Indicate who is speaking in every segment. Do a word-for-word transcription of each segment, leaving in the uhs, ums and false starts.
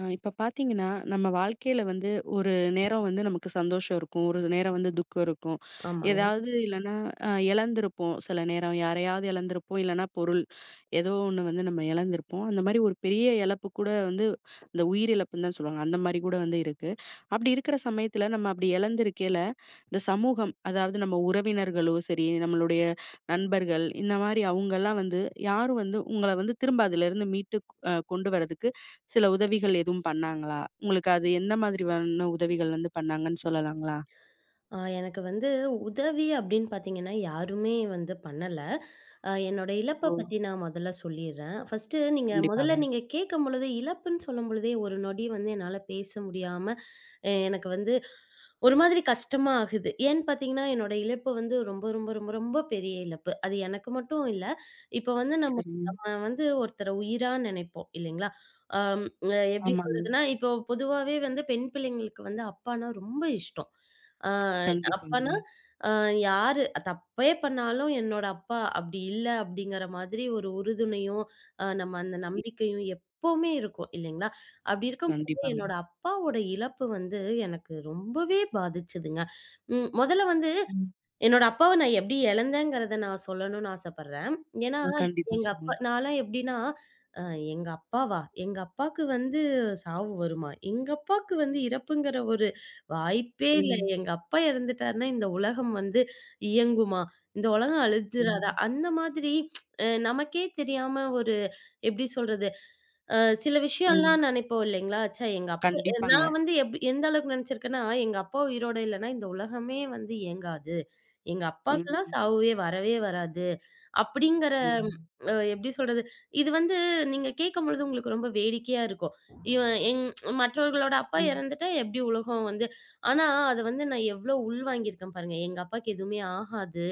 Speaker 1: ஆ இப்ப பார்த்தீங்கன்னா, நம்ம வாழ்க்கையில வந்து ஒரு நேரம் வந்து நமக்கு சந்தோஷம் இருக்கும். ஒரு நேரம் வந்து துக்கம் இருக்கும்.
Speaker 2: ஆமாங்க.
Speaker 1: ஏதாவது இல்லன்னா அ இழந்திருப்போம். சில நேரம் யாரையாவது இழந்திருப்போம். இல்லன்னா பொருள் ஏதோ ஒண்ணு வந்து நம்ம இழந்திருப்போம். அந்த மாரி ஒரு பெரிய இழப்பு கூட வந்து இந்த உயிரிழப்புன்னு தான் சொல்லுவாங்க. அந்த மாரி கூட வந்து இருக்கு. அப்படி இருக்கிற சமயத்துல நம்ம அப்படி இழந்திருக்கே இந்த சமூகம், அதாவது நம்ம உறவினர்களோ சரி, நம்மளுடைய நண்பர்கள், இந்த மாரி அவங்கலாம் வந்து யாரும் வந்து உங்கள வந்து திரும்ப அதுலருந்து மீட்டு அ கொண்டு வரதுக்கு சில உதவிகள் எதுவும் பண்ணாங்களா? உங்களுக்கு அது எந்த மாதிரியான உதவிகள் வந்து பண்ணாங்கன்னு சொல்லலாங்களா?
Speaker 2: ஆ எனக்கு வந்து உதவி அப்படின்னு பார்த்தீங்கன்னா, யாருமே வந்து பண்ணல. அ என்னோட இழப்ப
Speaker 1: ஓ!
Speaker 2: பத்தி நான் முதல்ல சொல்லிர்றேன். ஃபர்ஸ்ட்டு நீங்க முதல்ல
Speaker 1: கண்டிப்பாங்க.
Speaker 2: நீங்க கேட்கும்பொழுது, இழப்புன்னு சொல்லும்பொழுதே ஒரு நொடி வந்து என்னால பேச முடியாம, அ எனக்கு வந்து ஒரு மாதிரி கஷ்டமா ஆகுது. ஏன்னு பார்த்தீங்கன்னா, என்னோட இழப்பு வந்து ரொம்ப, ரொம்ப, ரொம்ப, ரொம்ப பெரிய இழப்பு. அது எனக்கு மட்டும் இல்ல. இப்போ வந்து நம்ம
Speaker 1: சரிங்க.
Speaker 2: நம்ம வந்து ஒருத்தர உயிரா நினைப்போம் இல்லைங்களா? அம் அ எப்படி
Speaker 1: ஆமாங்க.
Speaker 2: சொல்றதுன்னா, இப்போ பொதுவாவே வந்து பெண் பிள்ளைங்களுக்கு வந்து அப்பான்னா ரொம்ப இஷ்டம். ஆ அப்பன்னா,
Speaker 1: கண்டிப்பாங்க.
Speaker 2: அ யாரு தப்பே பண்ணாலும் என்னோட அப்பா அப்படி இல்ல அப்படிங்கிற மாதிரி ஒரு உறுதுணையும், அ நம்ம அந்த
Speaker 1: ம்.
Speaker 2: நம்பிக்கையும் எப்பவுமே இருக்கும் இல்லைங்களா? அப்படி இருக்கும்போது
Speaker 1: கண்டிப்பாங்க.
Speaker 2: என்னோட அப்பாவோட இழப்பு வந்து எனக்கு ரொம்பவே பாதிச்சதுங்க. ம் முதல்ல வந்து
Speaker 1: ம்.
Speaker 2: என்னோட அப்பாவ நான் எப்படி இழந்தேங்கிறத நான் சொல்லணும்னு ஆசைப்படுறேன். ஏன்னா,
Speaker 1: ம். கண்டிப்பா
Speaker 2: எங்க அப்பா
Speaker 1: சொல்லுங்க.
Speaker 2: நான்லாம் எப்படின்னா, அ எங்க அப்பாவா? எங்க அப்பாக்கு வந்து சாவு வருமா? எங்க அப்பாக்கு வந்து இறப்புங்கிற ஒரு வாய்ப்பே இல்ல.
Speaker 1: ம்.
Speaker 2: எங்க அப்பா இறந்துட்டாருன்னா, இந்த உலகம் வந்து இயங்குமா? இந்த உலகம் அழிஞ்சிராதா?
Speaker 1: ம்.
Speaker 2: அந்த மாதிரி அஹ், நமக்கே தெரியாம எப்படி சொல்றது? அ சில
Speaker 1: ம்.
Speaker 2: விஷயம்லாம் நினைப்போம் இல்லைங்களா? ச்சே எங்க அப்பா
Speaker 1: கண்டிப்பாங்க.
Speaker 2: நான் வந்து எப் எந்த அளவுக்கு நினைச்சிருக்கேன்னா, எங்க அப்பா உயிரோட இல்லன்னா இந்த உலகமே வந்து இயங்காது. எங்க
Speaker 1: ம்.
Speaker 2: அப்பாக்கெல்லாம்
Speaker 1: ம்.
Speaker 2: சாவுவே வரவே வராது. அப்படிங்கிற
Speaker 1: ம்.
Speaker 2: அ எப்படி சொல்றது? இது வந்து நீங்க கேட்கும்பொழுது உங்களுக்கு ரொம்ப வேடிக்கையா இருக்கும். இவன் எங் மற்றவர்களோட அப்பா
Speaker 1: ம்.
Speaker 2: இறந்துட்டா எப்படி உலகம் வந்து ஆனா அத வந்து நான் எவ்வளோ உள்வாங்கியிருக்கேன் பாருங்க. எங்க அப்பாக்கு எதுவுமே ஆகாது.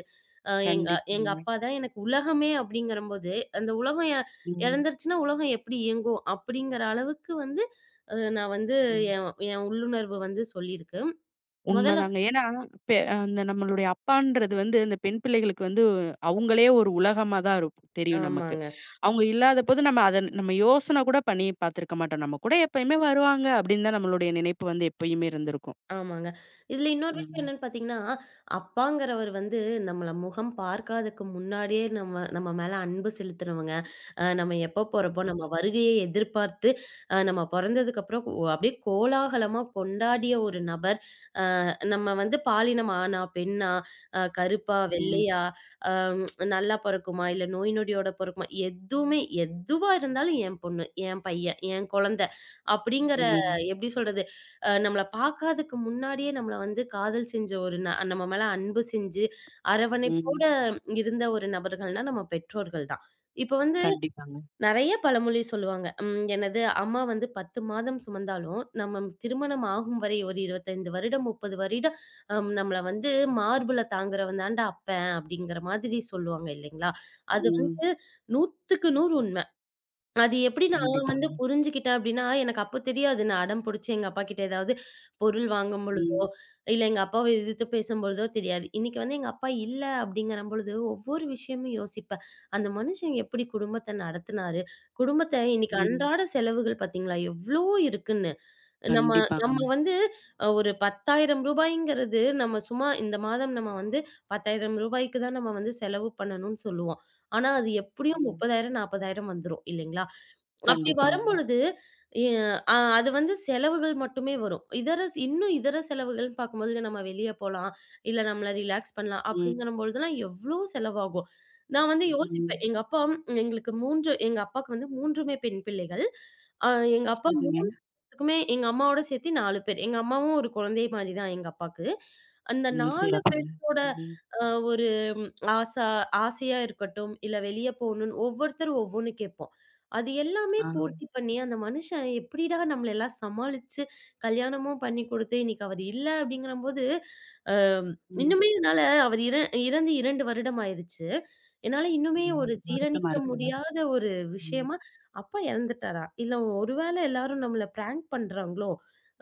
Speaker 2: அ எங்க எங்க
Speaker 1: கண்டிப்பாங்க.
Speaker 2: அப்பா தான் எனக்கு உலகமே அப்படிங்கிறம்போது, அந்த உலகம்
Speaker 1: ம்.
Speaker 2: இழந்துருச்சுன்னா உலகம் எப்படி இயங்கும்? அப்படிங்கிற அளவுக்கு வந்து அ நான் வந்து
Speaker 1: ம்.
Speaker 2: என் என் உள்ளுணர்வு வந்து சொல்லியிருக்கு. முதல்ல
Speaker 1: உண்மதாங்க. ஏன்னா, பெ அந்த நம்மளுடைய அப்பான்றது வந்து அந்த பெண் பிள்ளைகளுக்கு வந்து அவங்களே ஒரு உலகமா தான் இருக்கும் தெரியும் நமக்கு.
Speaker 2: ஆமாங்க,
Speaker 1: அவங்க இல்லாதபோது நம்ம அத நம்ம யோசனை கூட பண்ணி பார்த்துருக்க மாட்டோம். நம்ம கூட எப்பயுமே வருவாங்க அப்படின்னு தான் நம்மளுடைய நினைப்பு வந்து எப்பயுமே இருந்திருக்கும்.
Speaker 2: ஆமாங்க. இதில இன்னொரு விஷயம்
Speaker 1: ம்.
Speaker 2: என்னன்னு பார்த்தீங்கன்னா, அப்பாங்கிறவர் வந்து நம்மள முகம் பார்க்காதக்கு முன்னாடியே நம்ம நம்ம மேல அன்பு செலுத்துறவங்க. அ நம்ம எப்போ பொறப்போ நம்ம
Speaker 1: ம்.
Speaker 2: வருகையை எதிர்பார்த்து, அ நம்ம பொறந்ததுக்கப்புறம் ஒ அப்படியே கோலாகலமா கொண்டாடிய ஒரு நபர். நம்ம வந்து பாலினம் ஆணா, பெண்ணா, அ கருப்பா,
Speaker 1: ம்.
Speaker 2: வெள்ளையா, அ நல்லா பொறக்குமா, இல்ல நோய் நொடியோட பொறக்குமா, எதுவுமே எதுவா இருந்தாலும் என் பொண்ணு, என் பையன், என் குழந்தை அப்படிங்கிற
Speaker 1: ம்.
Speaker 2: எப்படி சொல்றது, அ நம்மள பார்க்காததுக்கு முன்னாடியே நம்மள வந்து காதல் செஞ்ச ஒரு ந நம்ம மேல அன்பு செஞ்சு அரவணைப்போட
Speaker 1: ம்.
Speaker 2: இருந்த ஒரு நபர்கள்னா நம்ம பெற்றோர்கள் தான். இப்ப வந்து
Speaker 1: கண்டிப்பாங்க.
Speaker 2: நெறைய பழமொழி சொல்லுவாங்க. ம் என்னது அம்மா வந்து பத்து மாதம் சுமந்தாலும், நம்ம திருமணம் ஆகும் வரை ஒரு இருபத்தி ஐந்து வருடம், முப்பது வருடம் அம் நம்மள வந்து மார்புல தாங்குறவன் தான்டா அப்பன், அப்படிங்கிற மாதிரி சொல்லுவாங்க இல்லைங்களா? அது
Speaker 1: ம்.
Speaker 2: வந்து 100க்கு நூறு உண்ம. அது எப்படி நான் வந்து
Speaker 1: கண்டிப்பாங்க.
Speaker 2: புரிஞ்சுக்கிட்டேன் அப்படின்னா, எனக்கு அப்ப தெரியாது. நான் அடம் புடிச்சு எங்க அப்பாகிட்ட ஏதாவது பொருள் வாங்கும் பொழுதோ,
Speaker 1: ம்.
Speaker 2: இல்ல எங்க அப்பாவ எதிர்த்து பேசும்பொழுதோ தெரியாது. இன்னைக்கு வந்து எங்க அப்பா இல்ல அப்படிங்கிறம் பொழுது, ஒவ்வொரு விஷயமும் யோசிப்பேன். அந்த மனுஷன் எப்படி குடும்பத்த நடத்துனாரு? குடும்பத்த இன்னைக்கு
Speaker 1: ம்.
Speaker 2: அன்றாட செலவுகள் பார்த்தீங்களா, எவ்ளோ இருக்குன்னு. நம்ம நம்ம
Speaker 1: கண்டிப்பாங்க.
Speaker 2: வந்து அ ஒரு ரூ. பத்தாயிரம் நம்ம சும்மா இந்த மாதம் நம்ம வந்து ரூ. 10,000க்கு தான் நம்ம வந்து செலவு பண்ணணும்னு சொல்லுவோம். ஆனா அது எப்படியும்
Speaker 1: ம்.
Speaker 2: முப்பதாயிரம், நாற்பதாயிரம் வந்துரும் இல்லைங்களா? அப்படி
Speaker 1: கண்டிப்பாங்க.
Speaker 2: வரும்பொழுது, எ அ அது வந்து செலவுகள் மட்டுமே வரும். இதர ஸ் இன்னும் இதர செலவுகள்ன்னு பார்க்கும்போது, நம்ம வெளிய போலாம், இல்ல நம்மள ரிலாக்ஸ் பண்ணலாம்
Speaker 1: ம்.
Speaker 2: அப்படிங்கிறம்பொழுதெல்லாம் எவ்ளோ செலவாகும். நான் வந்து
Speaker 1: ம்.
Speaker 2: யோசிப்பேன். எங்க அப்பா ம், எங்களுக்கு மூணு எங்க அப்பாவுக்கு வந்து 3மே பெண் பிள்ளைகள். அ எங்க அப்பா
Speaker 1: சரிங்க.
Speaker 2: 3த்துக்குமே எங்க அம்மாவோட சேர்த்து நாலு பேர். எங்க அம்மாவும் ஒரு குழந்தை மாரி தான் எங்க அப்பாக்கு. அந்த
Speaker 1: ம்.
Speaker 2: நாலு
Speaker 1: சிறப்புங்க.
Speaker 2: பேத்தோட
Speaker 1: ம்.
Speaker 2: அ ஒ ஆசா ஆசையா இருக்கட்டும், இல்ல வெளிய போணும்ன்னு ஒவ்வொருத்தரும் ஒவ்வொன்னு கேட்போம். அது எல்லாமே
Speaker 1: ஆ.
Speaker 2: பூர்த்தி பண்ணி, அந்த மனுஷன் எப்படிடா நம்மள எல்லாம் சமாளிச்சு, கல்யாணமும் பண்ணி குடுத்து, இன்னைக்கு அவர் இல்ல அப்படிங்கிறம்போது, அ
Speaker 1: ம்.
Speaker 2: இன்னுமே என்னால அவர் இற இறந்து இரண்டு வருடம் ஆயிருச்சு. என்னால இன்னுமே
Speaker 1: ம்.
Speaker 2: ஒரு
Speaker 1: வருத்தமா
Speaker 2: ஜீரணிக்க
Speaker 1: இருக்குங்க.
Speaker 2: முடியாத ஒரு
Speaker 1: ம்.
Speaker 2: விஷயமா, அப்பா இறந்துட்டாரா? இல்ல ஒருவேளை எல்லாரும் நம்மள பிராங்க் பண்றாங்களோ?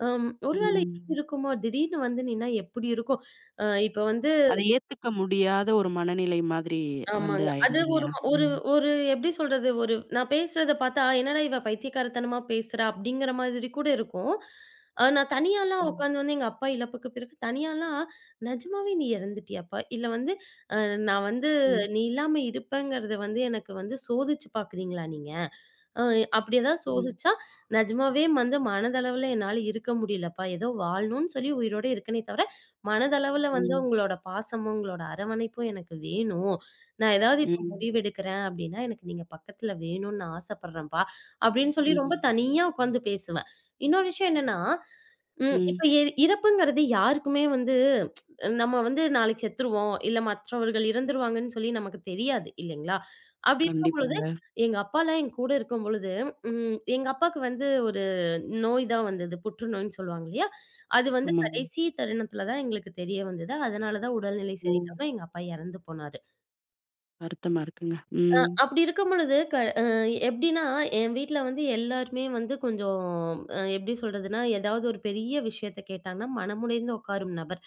Speaker 2: அம் ஒருவேளை
Speaker 1: ம்.
Speaker 2: இருக்குமோ? திடீர்னு வந்து நின்னா எப்படி இருக்கும்? அ இப்ப வந்து
Speaker 1: அத ஏத்துக்க முடியாத ஒரு மனநிலை மாதிரி வந்து
Speaker 2: ஆமாங்க. அது
Speaker 1: ஆயிடுது
Speaker 2: ஒரு
Speaker 1: இல்லையா?
Speaker 2: ஒரு
Speaker 1: ம்.
Speaker 2: ஒரு எப்டி சொல்றது? ஒரு நான் பேசுறத பார்த்தா, "என்னடா இவ பைத்தியக்காரத்தனமா பேசுறா!" அப்டிங்கிற மாதிரி கூட இருக்கும். அ நான் தனியாலாம்
Speaker 1: ம்.
Speaker 2: உட்காந்து வந்து எங்க அப்பா இழப்புக்கு பிறகு தனியாலாம், "நெஜமாவே நீ இறந்துட்டியாப்பா? இல்ல வந்து அ நான் வந்து
Speaker 1: ம்.
Speaker 2: நீ இல்லாம இருப்பேங்கிறத வந்து எனக்கு வந்து சோதிச்சு பார்க்குறீங்களா நீங்க?" அ அப்படி ஏதாவது
Speaker 1: ம்.
Speaker 2: சோதிச்சா, நிஜமாவே வந்து மனதளவுல என்னால இருக்க முடியலப்பா. ஏதோ வாழணும்னு சொல்லி உயிரோட இருக்கனே தவிர, மனதளவுல வந்து
Speaker 1: ம்.
Speaker 2: உங்களோட பாசமும், உங்களோட அரவணைப்பும் எனக்கு வேணும். நான் ஏதாவது இப்ப
Speaker 1: ம்.
Speaker 2: முடிவெடுக்கிறேன் அப்படின்னா, எனக்கு நீங்க பக்கத்துல வேணும்னு நான் ஆசைப்படுறேன்ப்பா. அப்படின்னு சொல்லி ரொம்ப
Speaker 1: ம்.
Speaker 2: தனியா உட்காந்து பேசுவேன். இன்னொரு விஷயம் என்னன்னா, ம். இப்ப
Speaker 1: ம்.
Speaker 2: இ இறப்புங்கிறது யாருக்குமே வந்து நம்ம வந்து நாளைக்கு செத்துருவோம், இல்ல மற்றவர்கள் இறந்துருவாங்கன்னு சொல்லி நமக்கு தெரியாது இல்லைங்களா? அப்படி இருக்கும்பொழுது,
Speaker 1: கண்டிப்பாங்க.
Speaker 2: எங்க அப்பாலாம் என் கூட இருக்கும்பொழுது, ம் எங்க அப்பாவுக்கு வந்து ஒரு நோய் தான் வந்தது. புற்றுநோய்ன்னு சொல்லுவாங்க இல்லையா? அது வந்து
Speaker 1: ஆமாங்க.
Speaker 2: கடைசி தருணத்தில தான் எங்களுக்கு தெரிய வந்தது. அதனால தான் உடல்நிலை
Speaker 1: ஓ!
Speaker 2: சரியில்லாம எங்க அப்பா இறந்து போனாரு.
Speaker 1: வருத்தமா இருக்குங்க.
Speaker 2: அ
Speaker 1: ம்.
Speaker 2: அப்படி இருக்கும் பொழுது க அ எப்படின்னா, என் வீட்ல வந்து எல்லாருமே வந்து கொஞ்சம் அ எப்படி சொல்றதுன்னா, ஏதாவது ஒரு பெரிய விஷயத்த கேட்டாங்கன்னா, மனமுடைந்து உட்காரும் நபர்.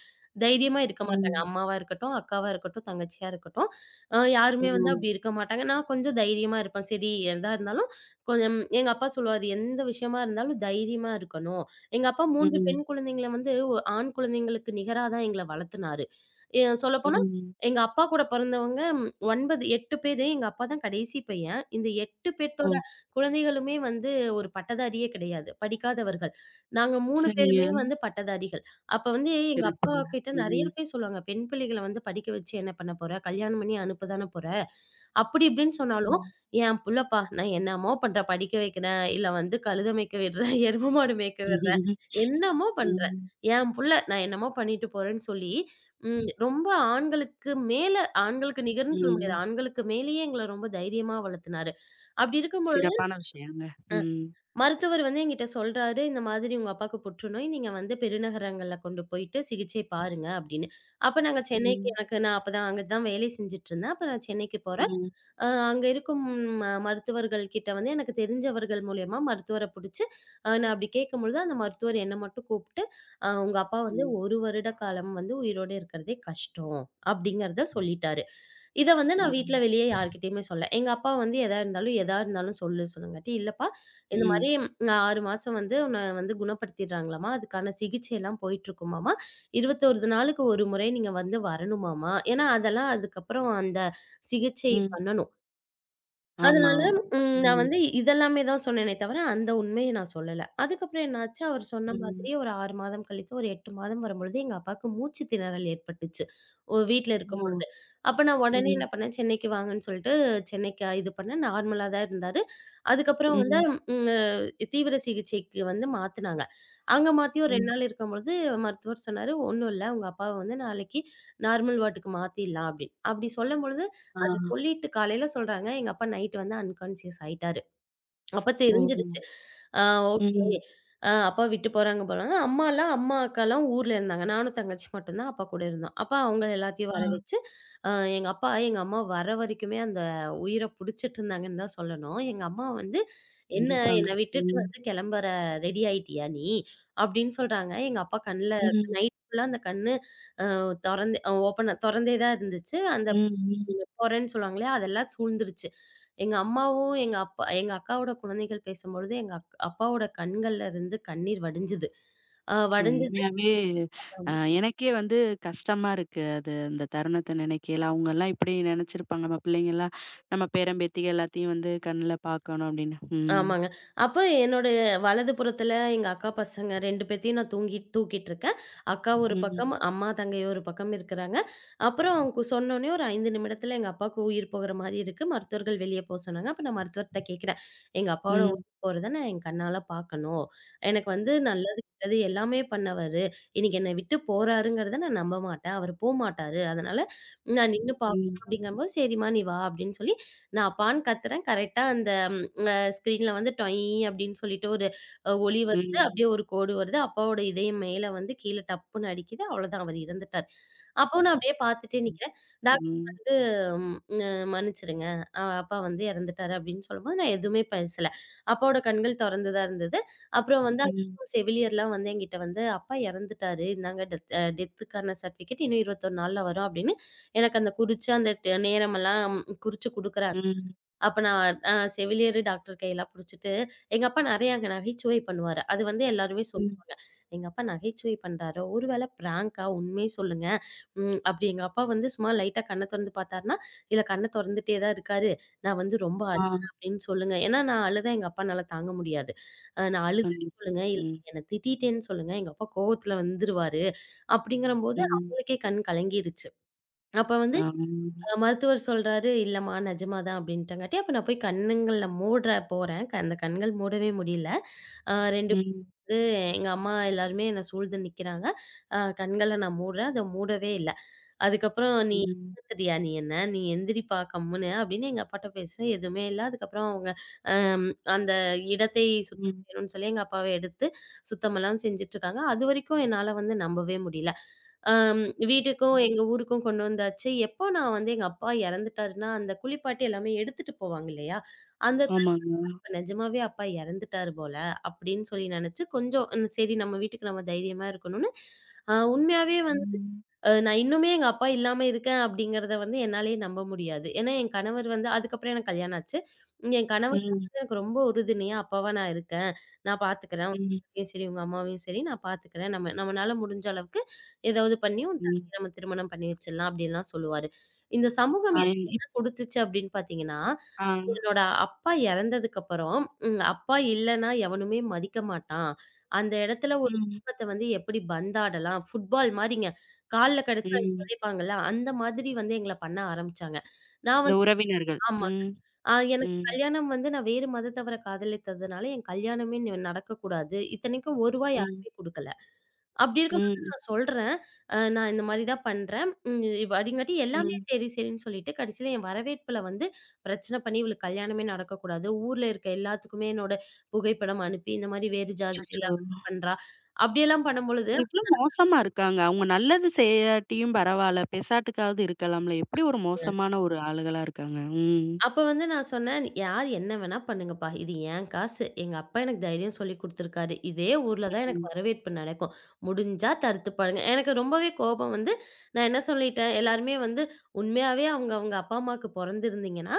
Speaker 2: தைரியமா இருக்க மாட்டாங்க.
Speaker 1: ம்.
Speaker 2: அம்மாவா இருக்கட்டும், அக்காவா இருக்கட்டும், தங்கச்சியா இருக்கட்டும், அ யாருமே
Speaker 1: ஓ!
Speaker 2: வந்து அப்படி இருக்க மாட்டாங்க. நான் கொஞ்சம் தைரியமா இருப்பேன். சரி எதா இருந்தாலும் கொஞ்சம் எங்க அப்பா சொல்லுவாரு, "எந்த விஷயமா இருந்தாலும் தைரியமா இருக்கணும்." எங்க அப்பா மூன்று பெண்
Speaker 1: ம்.
Speaker 2: குழந்தைங்கள வந்து ஒ ஆண் குழந்தைங்களுக்கு நிகரா தான் எங்கள வளர்த்துனாரு. எ சொல்லப்போனா
Speaker 1: ம்.
Speaker 2: எங்க அப்பா கூட பொறந்தவங்க ஒன்பது எட்டு பேரு. எங்க அப்பா தான் கடைசி பையன். இந்த எட்டு பேத்தோட
Speaker 1: ஓ!
Speaker 2: குழந்தைகளுமே வந்து ஒரு பட்டதாரியே கிடையாது. படிக்காதவர்கள். நாங்க மூணு
Speaker 1: சரிங்க.
Speaker 2: பேருமே வந்து பட்டதாரிகள். அப்ப வந்து எங்க அப்பா
Speaker 1: சிறப்புங்க.
Speaker 2: கிட்ட நெறைய
Speaker 1: ம்.
Speaker 2: பேர் சொல்லுவாங்க. பெண் பிள்ளைகள வந்து படிக்க வச்சு என்ன பண்ண போற? கல்யாணம் பண்ணி அனுப்ப தானே போற? அப்படி இப்படின்னு சொன்னாலும்,
Speaker 1: ம்.
Speaker 2: "என் புள்ளப்பா, நான் என்னமோ பண்றேன். படிக்க வைக்கிறேன், இல்ல வந்து கழுத மேய்க்க விடுறேன், எரும மாடு மேய்க்க விடுறேன், என்னமோ பண்றேன்.
Speaker 1: ம்.
Speaker 2: என் புள்ள நான் என்னமோ பண்ணிட்டு போறேன்னு" சொல்லி, ம் ரொம்ப ஆண்களுக்கு மேல ஆண்களுக்கு நிகர்ன்னு சொல்ல முடியாது.
Speaker 1: ம்.
Speaker 2: ஆண்களுக்கு மேலேயே எங்கள ரொம்ப தைரியமா வளர்த்துனாரு. அப்படி இருக்கும் பொழுது
Speaker 1: சிறப்பான விஷயங்க. ம்.
Speaker 2: மருத்துவர் வந்து என்கிட்ட சொல்றாரு, "இந்த மாதிரி உங்க அப்பாவுக்கு புற்றுநோய். நீங்க வந்து பெருநகரங்கள்ல கொண்டு போயிட்டு சிகிச்சை பாருங்க" அப்படின்னு. அப்ப நாங்க சென்னைக்கு
Speaker 1: ம்.
Speaker 2: எனக்கு நான் அப்பதான் அங்க தான் வேலை செஞ்சுட்டு இருந்தேன். அப்ப நான் சென்னைக்கு போறேன்.
Speaker 1: ம்.
Speaker 2: அ அங்க இருக்கும் ம மருத்துவர்கள் கிட்ட வந்து எனக்கு தெரிஞ்சவர்கள் மூலியமா மருத்துவர புடிச்சு, அ நான் அப்படி கேட்கும்பொழுது, அந்த மருத்துவர் என்ன மட்டும் கூப்பிட்டு, "அ உங்க அப்பா வந்து
Speaker 1: ம்.
Speaker 2: ஒரு வருட காலம் வந்து உயிரோட இருக்கிறதே கஷ்டம்" அப்படிங்கிறத சொல்லிட்டாரு. இத வந்து
Speaker 1: ஆ.
Speaker 2: நான் வீட்ல வெளிய யார்கிட்டயுமே சொல்லல. எங்க அப்பா வந்து எதா இருந்தாலும், எதா இருந்தாலும் சொல்லு சொன்னங்காட்டி, இல்லப்பா இந்த மாரி
Speaker 1: ம்.
Speaker 2: நான் ஆறு மாசம் வந்து உன்ன வந்து குணப்படுத்திடுறாங்களாம்மா. அதுக்கான சிகிச்சைலாம் போயிட்டுருக்குமாம்மா. இருபத்தொன்று நாளுக்கு ஒரு முறை நீங்க வந்து வரணுமாம்மா. ஏன்னா அதெல்லாம் அதுக்கப்புறம் அந்த சிகிச்சை
Speaker 1: ம்.
Speaker 2: பண்ணணும்.
Speaker 1: ஆமா.
Speaker 2: அதனால, ம் ம். நான்
Speaker 1: ம்.
Speaker 2: வந்து இதெல்லாமே தான் சொன்னேனே தவிர, அந்த உண்மைய நான் சொல்லல. அதுக்கப்புறம் என்னாச்சு, அவர் சொன்ன
Speaker 1: ம்.
Speaker 2: மாதிரியே ஒரு ஆறு மாதம் கழித்து, ஒரு எட்டு மாதம் வரும்பொழுது, எங்க அப்பாவுக்கு மூச்சு திணறல் ஏற்பட்டுச்சு. ஒ வீட்ல
Speaker 1: ஓ!
Speaker 2: இருக்கும்பொழுது. அப்ப நான் உடனே என்ன
Speaker 1: ம்,
Speaker 2: பண்ணேன், சென்னைக்கு வாங்கன்னு சொல்லிட்டு, சென்னைக்கு இது பண்ணேன். நார்மலா தான் இருந்தாரு. அதுக்கப்புறம் வந்து
Speaker 1: ம்,
Speaker 2: ம் தீவிர சிகிச்சைக்கு வந்து மாத்துனாங்க. அங்க மாத்தி ஒரு ரெண்டு
Speaker 1: ம்.
Speaker 2: நாள் இருக்கும்பொழுது, மருத்துவர் சொன்னாரு, "ஒண்ணும் இல்ல. உங்க அப்பாவ வந்து நாளைக்கு நார்மல் வார்டுக்கு மாத்திடலாம்" அப்படின்னு. அப்படி சொல்லும்பொழுது
Speaker 1: ஆ.
Speaker 2: அது சொல்லிட்டு காலையில சொல்றாங்க. எங்க அப்பா நைட் வந்து அன்கான்ஷியஸ் ஆயிட்டாரு. அப்ப ம்.
Speaker 1: ஓ!
Speaker 2: தெரிஞ்சிருச்சு. ஆ ஓகே.
Speaker 1: ம்.
Speaker 2: ஆ அப்பா விட்டு போறாங்க போலன்னு அம்மாலாம் அம்மா, அக்காலாம் ஊர்ல இருந்தாங்க. நானும் தங்கச்சி மட்டும் தான் அப்பா கூட இருந்தோம். அப்ப அவங்க எல்லாத்தையும்
Speaker 1: ஆ.
Speaker 2: வர வச்சு, அ எங்க அப்பா, எங்க அம்மா வர வரைக்குமே அந்த உயிர புடிச்சிட்டு இருந்தாங்கன்னு தான் சொல்லணும். எங்க அம்மா வந்து, "என்ன
Speaker 1: கண்டிப்பாங்க.
Speaker 2: என்ன விட்டுட்டு
Speaker 1: ம்,
Speaker 2: வந்து கிளம்புற ரெடி ஆயிட்டியா நீ?" அப்படின்னு சொல்றாங்க. எங்க அப்பா கண்ல
Speaker 1: ம்,
Speaker 2: நைட் ஃபுல்லா அந்த கண்ணு தொறந்து ஓப்பன் தொறந்தே தான் இருந்துச்சு. அந்த
Speaker 1: ம், ம்.
Speaker 2: போறேன்னு சொல்லுவாங்க இல்லையா? அதெல்லாம் சூழ்ந்துருச்சு. எங்க அம்மாவும், எங்க அப்பா எங்க அக்காவோட குழந்தைகள் பேசும்பொழுது, எங்க அக் அப்பாவோட கண்கள்ல இருந்து கண்ணீர் வடிஞ்சது. அ
Speaker 1: ஸோ,
Speaker 2: வடிஞ்சது
Speaker 1: உண்மையாவே அ எனக்கே வந்து கஷ்டமா இருக்கு. அது அந்த தருணத்த நினைக்கையில, அவங்கலாம் இப்படி நினைச்சிருப்பாங்க, நம்ம பிள்ளைங்கலாம் நம்ம பேரன், பேத்திக எல்லாத்தையும் வந்து கண்ணுல பார்க்கணும் அப்படின்னு. ம்,
Speaker 2: ஆமாங்க. அப்ப என்னோட வலது புறத்துல எங்க அக்கா பசங்க ரெண்டு பேத்தையும் நான் தூங்கி தூக்கிட்டுருக்கேன். அக்கா
Speaker 1: ம்,
Speaker 2: ஒரு பக்கம்,
Speaker 1: ம்,
Speaker 2: அம்மா, தங்கை ஒரு பக்கம் இருக்கிறாங்க. அப்புறம் கு சொன்னோனே ஒரு ஐந்து நிமிடத்துல எங்க அப்பாவுக்கு உயிர் போகிற மாரி இருக்கு. மருத்துவர்கள் வெளிய போ சொன்னாங்க. அப்ப நான் மருத்துவர்ட்ட கேட்கிறேன். எங்க அப்பாவோட
Speaker 1: ம்,
Speaker 2: உயிர் போறத நான் என் கண்ணால பார்க்கணும். எனக்கு வந்து நல்லது, கெட்டது எல்லாமே பண்ணவரு. இன்னைக்கு என்ன விட்டு போறாருங்கிறத நான் நம்ப மாட்டேன். அவரு போமாட்டாரு. அதனால நான் நின்னு பார்க்கணும்
Speaker 1: ம்,
Speaker 2: அப்படிங்கும்போது, சரிம்மா நீ வா அப்படின்னு சொல்லி நான் அப்பான்னு கத்துறேன். கரெக்ட்டா அந்த அ ஸ்க்ரீன்ல வந்து டொய் அப்படின்னு சொல்லிட்டு ஒரு அ ஒளி வருது.
Speaker 1: ம்,
Speaker 2: அப்படியே ஒரு கோடு வருது. அப்பாவோட இதயம் மேல வந்து கீழ டப்புன்னு அடிக்குது. அவ்வளோதான் அவர் இறந்துட்டார். அப்பவும் நான் அப்படியே பார்த்துட்டே நிக்கிறேன். டாக்டர் வந்து அ மன்னிச்சிருங்க. அ அப்பா வந்து இறந்துட்டாரு அப்படின்னு சொல்லும்போது நான் எதுவுமே பேசல. அப்பாவோட கண்கள் தொறந்து தான் இருந்தது. அப்புறம் வந்து
Speaker 1: ம்,
Speaker 2: செவிலியர்லாம் வந்து என்கிட்ட வந்து "அப்பா இறந்துட்டாரு. இந்தாங்க டெத் அ டெத்துக்கான சர்டிஃபிகேட். இன்னும் இருபத்தொன்று நாள்ல வரும்" அப்படின்னு எனக்கு அந்த குறிச்சு அந்த ட நேரமெல்லாம் குறிச்சு குடுக்குறாங்க.
Speaker 1: ம்,
Speaker 2: அப்ப நான் அ செவிலியர், டாக்டர் கையெல்லாம் புடிச்சுட்டு எங்க அப்பா நெறைய அங்க நகைச்சுவை பண்ணுவாரு. அது வந்து எல்லாருமே சொல்
Speaker 1: ம்.
Speaker 2: "எங்க அப்பா நகைச்சுவை பண்றாரோ! ஒரு வேளை பிராங்கா? உண்மைய சொல்லுங்க." ம் அப்படி எங்க அப்பா வந்து சும்மா லைட்டா கண்ண தொறந்து பார்த்தாருன்னா, "இல்ல கண்ண தொறந்துட்டே தான் இருக்காரு. நான் வந்து ரொம்ப அழுதேன்
Speaker 1: ஆ.
Speaker 2: அப்படின்னு சொல்லுங்க." ஏன்னா நான் அழுதா எங்க அப்பானால தாங்க முடியாது. அ நான் அழுதேன்னு
Speaker 1: கண்டிப்பா.
Speaker 2: சொல்லுங்க, இல்ல
Speaker 1: ம்,
Speaker 2: என்ன திட்டிட்டேன்னு சொல்லுங்க. எங்க அப்பா கோவத்துல வந்துருவாரு." அப்படிங்கிறபோது
Speaker 1: ம்.
Speaker 2: அவங்களுக்கே கண் கலங்கிருச்சு. அப்ப வந்து
Speaker 1: ஆ.
Speaker 2: மருத்துவர் சொல்றாரு, "இல்லம்மா நிஜமா தான்" அப்படின்ட்டாங்காட்டி, அப்ப நான் போய் கண்ணுங்கள மூடுற போறேன். க அந்த கண்கள் மூடவே முடியல. அ ரெண்டு
Speaker 1: ம்,
Speaker 2: பேரு எங்க அம்மா எல்லாருமே என்ன சூழ்ந்து நிக்கிறாங்க. அ கண்கள நான் மூடுறேன். அத மூடவே இல்ல. அதுக்கப்புறம் "நீ
Speaker 1: ம்,
Speaker 2: ஏமாத்துறியா நீ என்ன? நீ எந்திரிப்பா கம்முனு" அப்படின்னு எங்க அப்பாட்ட பேசுனேன். எதுவுமே இல்ல. அதுக்கப்புறம் அவங்க அம் அந்த இடத்தை சுத்தம்
Speaker 1: ம்.
Speaker 2: செய்யணும்னு சொல்லி எங்க அப்பாவ எடுத்து சுத்தமெல்லாம் செஞ்சுட்டுருக்காங்க. அதுவரைக்கும் என்னால வந்து நம்பவே முடியல. அம் வீட்டுக்கும் எங்க ஊருக்கும் கொண்டு வந்தாச்சு. எப்போ நான் வந்து எங்க அப்பா இறந்துட்டாருன்னா, அந்த குளிப்பாட்டி எல்லாமே எடுத்துட்டு போவாங்க இல்லையா? அந்த
Speaker 1: ஆமாங்க.
Speaker 2: தடவ "நிஜமாவே அப்பா இறந்துட்டாரு போல" அப்படின்னு சொல்லி நெனச்சு கொஞ்சம் ம், "சரி நம்ம வீட்டுக்கு நம்ம தைரியமா இருக்கணும்னு" அ உண்மையாவே
Speaker 1: ம்,
Speaker 2: அ நான் இன்னுமே எங்க அப்பா இல்லாம இருக்கேன் அப்படிங்கிறத வந்து என்னாலயே நம்ப முடியாது. ஏன்னா, என் கணவர் வந்து அதுக்கப்புறம் எனக்கு கல்யாணம் ஆச்சு. உம் என் கணவர் தான்
Speaker 1: ம்,
Speaker 2: வந்து எனக்கு ரொம்ப உறுதுணையா, அப்பாவா நான் இருக்கேன். நான் பார்த்துக்கிறேன். உங்க
Speaker 1: ம்,
Speaker 2: அக்காவையும் சரி, உங்க அம்மாவையும் சரி நான் பார்த்துக்கிறேன். நம்ம நம்மனால முடிஞ்ச அளவுக்கு ஏதாவது பண்ணி உன்
Speaker 1: ம்.
Speaker 2: தங்கைய நம்ம திருமணம் பண்ணி வச்சிடலாம் அப்படின்லாம் சொல்லுவாரு. இந்த சமூகம்
Speaker 1: ஆ
Speaker 2: எனக்கு
Speaker 1: இப்
Speaker 2: என்ன குடுத்துச்சு அப்படின்னு பார்த்தீங்கன்னா,
Speaker 1: ஆ.
Speaker 2: என்னோட அப்பா இறந்ததுக்கப்புறம், ம் அப்பா இல்லன்னா எவனுமே மதிக்க மாட்டான். அந்த இடத்துல ஒரு
Speaker 1: ம், ம்.
Speaker 2: குடும்பத்த வந்து எப்படி பந்தாடலாம், ஃபுட்பால் மாரிங்க. கால்ல கடிச்சா புதைப்பாங்கல்ல, அந்த மாதிரி வந்து எங்கள பண்ண ஆரம்பிச்சாங்க. நான்
Speaker 1: இந்த
Speaker 2: வந்து
Speaker 1: உறவினர்கள்.
Speaker 2: ஆமா.
Speaker 1: ம்,
Speaker 2: ஆ எனக்கு
Speaker 1: ம்,
Speaker 2: கல்யாணம் வந்து நான் வேறு மதத்தவர காதலித்ததுனால, என் கல்யாணமே நி நடக்கக்கூடாது. இத்தனைக்கும் ரூ. ஒரு
Speaker 1: ம்,
Speaker 2: யாருமே குடுக்கல. அப்படி இருக்கும்போது
Speaker 1: ம்,
Speaker 2: நான் சொல்றேன். அ நான் இந்த மாரி தான் பண்றேன். ம் அப்படிங்காட்டி எல்லாமே
Speaker 1: ம்.
Speaker 2: சரி, சரின்னு சொல்லிட்டு கடைசியில என் வரவேற்புல வந்து பிரச்சனை பண்ணி இவளுக்கு கல்யாணமே நடக்கக்கூடாது. ஊர்ல இருக்க எல்லாத்துக்குமே என்னோட புகைப்படம் அனுப்பி, இந்த மாரி வேறு ஜாதியில
Speaker 1: அச்சச்சோ!
Speaker 2: பண்றா. அப்படியெல்லாம் பண்ணும்பொழுது
Speaker 1: எவ்ளோ மோசமா இருக்காங்க. அவங்க நல்லது செய்யாட்டியும் பரவால்ல. பெசாட்டுக்காவது இருக்கலாம்ல. எப்படி ஒரு மோசமான ஒரு ஆளுகளா இருக்காங்க. ம்,
Speaker 2: அப்ப வந்து நான் சொன்னேன், "யார் என்ன வேணா பண்ணுங்கப்பா. இது என் காசு. எங்க அப்பா எனக்கு தைரியம் சொல்லிக் குடுத்துருக்காரு. இதே ஊர்ல தான் எனக்கு
Speaker 1: ம்,
Speaker 2: வரவேற்பு நடக்கும். முடிஞ்சா தடுத்து பாருங்க." எனக்கு ரொம்பவே கோபம் வந்து நான் என்ன சொல்லிட்டேன், எல்லாருமே வந்து உண்மையாவே அவங்க அவங்க அப்பா, அம்மாக்கு பொறந்திருந்தீங்கன்னா,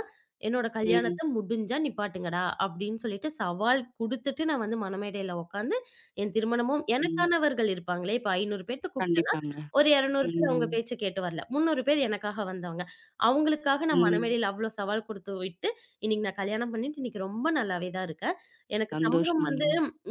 Speaker 2: "என்னோட ம்.
Speaker 1: ம்,
Speaker 2: கல்யாணத்த முடிஞ்சா நிப்பாட்டுங்கடா." அப்படின்னு சொல்லிட்டு சவால் குடுத்துட்டு நான் வந்து மணமேடையில உட்காந்து என் திருமணமும்
Speaker 1: ம்.
Speaker 2: எனக்கானவர்கள் இருப்பாங்களே, இப்ப ஐநூறு பேத்த கூப்பிட்டேன்னா,
Speaker 1: கண்டிப்பாங்க.
Speaker 2: ஒரு இருநூறு பேர்
Speaker 1: ம்,
Speaker 2: அவங்க பேச்ச கேட்டு வரல. முன்னூறு பேர் எனக்காக வந்தவங்க. அவங்களுக்காக நான்
Speaker 1: ம்.
Speaker 2: மனமேடையில அவ்ளோ சவால் குடுத்து விட்டு, இன்னைக்கு நான் கல்யாணம் பண்ணிட்டு இன்னைக்கு ரொம்ப நல்லாவே தான் இருக்கேன். எனக்கு சமூகம்
Speaker 1: சந்தோஷங்க.
Speaker 2: வந்து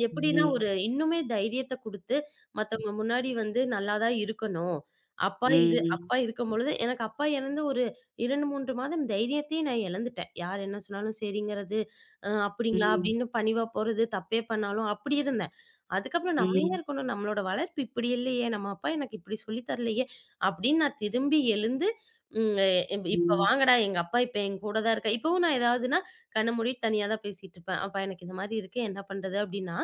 Speaker 2: எப்படின்னா
Speaker 1: ம்,
Speaker 2: ஒரு இன்னுமே தைரியத்த குடுத்து, மத்தவங்க முன்னாடி வந்து நல்லா தான் இருக்கணும். அப்பா
Speaker 1: ம்,
Speaker 2: இரு
Speaker 1: ம்,
Speaker 2: அப்பா இருக்கும்பொழுது எனக்கு அப்பா இறந்து ஒரு இரண்டு, மூன்று மாதம் தைரியத்தையே நான் இழந்துட்டேன். யார் என்ன சொன்னாலும் சரிங்கிறது, அ அப்படிங்களா
Speaker 1: ம்,
Speaker 2: அப்படின்னு பணிவா போறது, தப்பே பண்ணாலும் அப்படி இருந்தேன். அதுக்கப்புறம் நம்ம ஏன் இருக்கணும்? நம்மளோட வளர்ப்பு இப்படி இல்லையே! நம்ம அப்பா எனக்கு இப்படி சொல்லி தரலையே! அப்படின்னு நான் திரும்பி எழுந்து ம். "இப் இப்ப
Speaker 1: ம்,
Speaker 2: வாங்கடா, எங்க அப்பா இப்ப என் கூட தான் இருக்காரு." இப்பவும் நான் ஏதாவதுன்னா, கண்ண மூடிட்டு தனியா தான் பேசிட்டு இருப்பேன். "அப்பா எனக்கு இந்த மாரி இருக்கு, என்ன பண்றது?" அப்படின்னா,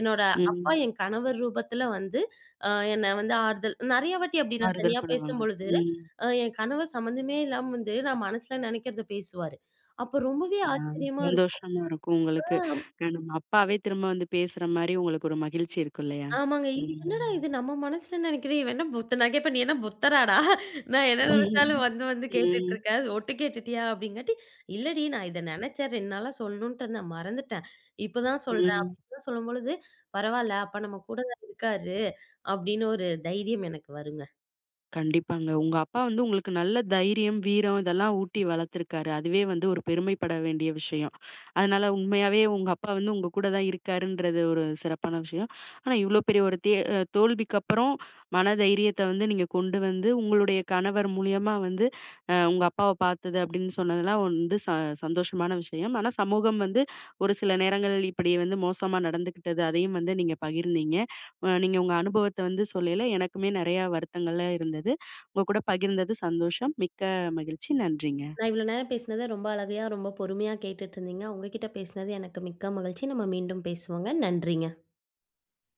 Speaker 2: என்னோட அப்பா
Speaker 1: ம்.
Speaker 2: என் கணவர் ரூபத்துல வந்து அ என்ன வந்து ஆறுதல் நெறைய வாட்டி அப்படி நான்
Speaker 1: ஆறுதல்
Speaker 2: தனியா
Speaker 1: பண்ணுவாங்க.
Speaker 2: பேசும்பொழுது,
Speaker 1: ம்.
Speaker 2: அ என் கணவர் சம்மந்தமே இல்லாம வந்து நான் மனசுல நெனைக்கிறத பேசுவாரு. அப்ப ரொம்பவே
Speaker 1: ஆ,
Speaker 2: ஆச்சரியமா இருக்கும்.
Speaker 1: சந்தோஷமா இருக்கும் உங்களுக்கு. அ நம்ம அப்பாவே திரும்ப வந்து பேசுற மாரி உங்களுக்கு ஒரு மகிழ்ச்சி இருக்கும் இல்லையா?
Speaker 2: ஆமாங்க. இது
Speaker 1: ம்.
Speaker 2: என்னடா இது நம்ம மனசுல நினைக்கிறேன், இவன் என்ன புத்தன் நான் கேட்பேன், "நீ என்ன புத்தராடா? நான் என்ன நினைச்சாலும் வந்து வந்து
Speaker 1: ம்.
Speaker 2: கேட்டுட்டுருக்க. ஒட்டு கேட்டுட்டியா?" அப்படிங்காட்டி, "இல்லடி நான் இத நினைச்சேன் ரெண்டு நாளா சொல்லணுன்ட்டு இருந்தேன். மறந்துட்டேன். இப்பதான் சொல்றேன்."
Speaker 1: ம்.
Speaker 2: அப்படின்னு சொல்லும்பொழுது, "பரவால்ல, அப்ப நம்ம கூட தான் இருக்காரு." அப்படின்னு ஒரு தைரியம் எனக்கு வருங்க.
Speaker 1: கண்டிப்பாங்க. உங்க அப்பா வந்து உங்களுக்கு நல்ல தைரியம், வீரம் இதெல்லாம் ஊட்டி வளர்த்துருக்காரு. அதுவே வந்து ஒரு பெருமைப்பட வேண்டிய விஷயம். அதனால உண்மையாவே உங்க அப்பா வந்து உங்க கூட தான் இருக்காருன்றது ஒரு சிறப்பான விஷயம். ஆனா இவ்ளோ பெரிய ஒரு தே அ தோல்விக்கு அப்புறம் மன தைரியத்த வந்து நீங்க கொண்டு வந்து உங்களுடைய கணவர் மூலியமா வந்து அ உங்க அப்பாவ பார்த்தது அப்படின்னு சொன்னதெல்லாம் வந்து ச சந்தோஷமான விஷயம். ஆனா சமூகம் வந்து ஒரு சில நேரங்கள் இப்படி வந்து மோசமா நடந்துக்கிட்டது அதையும் வந்து நீங்க பகிர்ந்தீங்க. அ நீங்க உங்க அனுபவத்த வந்து சொல்லையில எனக்குமே நெறையா வருத்தங்கள்லாம் இருந்தது. உங்க கூட பகிர்ந்தது சந்தோஷம். மிக்க மகிழ்ச்சி. நன்றிங்க.
Speaker 2: நான் இவ்வளோ நேரம் பேசினத ரொம்ப அழகயா, ரொம்ப பொறுமையா கேட்டுட்டுருந்தீங்க. உங்க கிட்ட பேசினது எனக்கு மிக்க மகிழ்ச்சி. நம்ம மீண்டும் பேசுவோங்க. நன்றிங்க.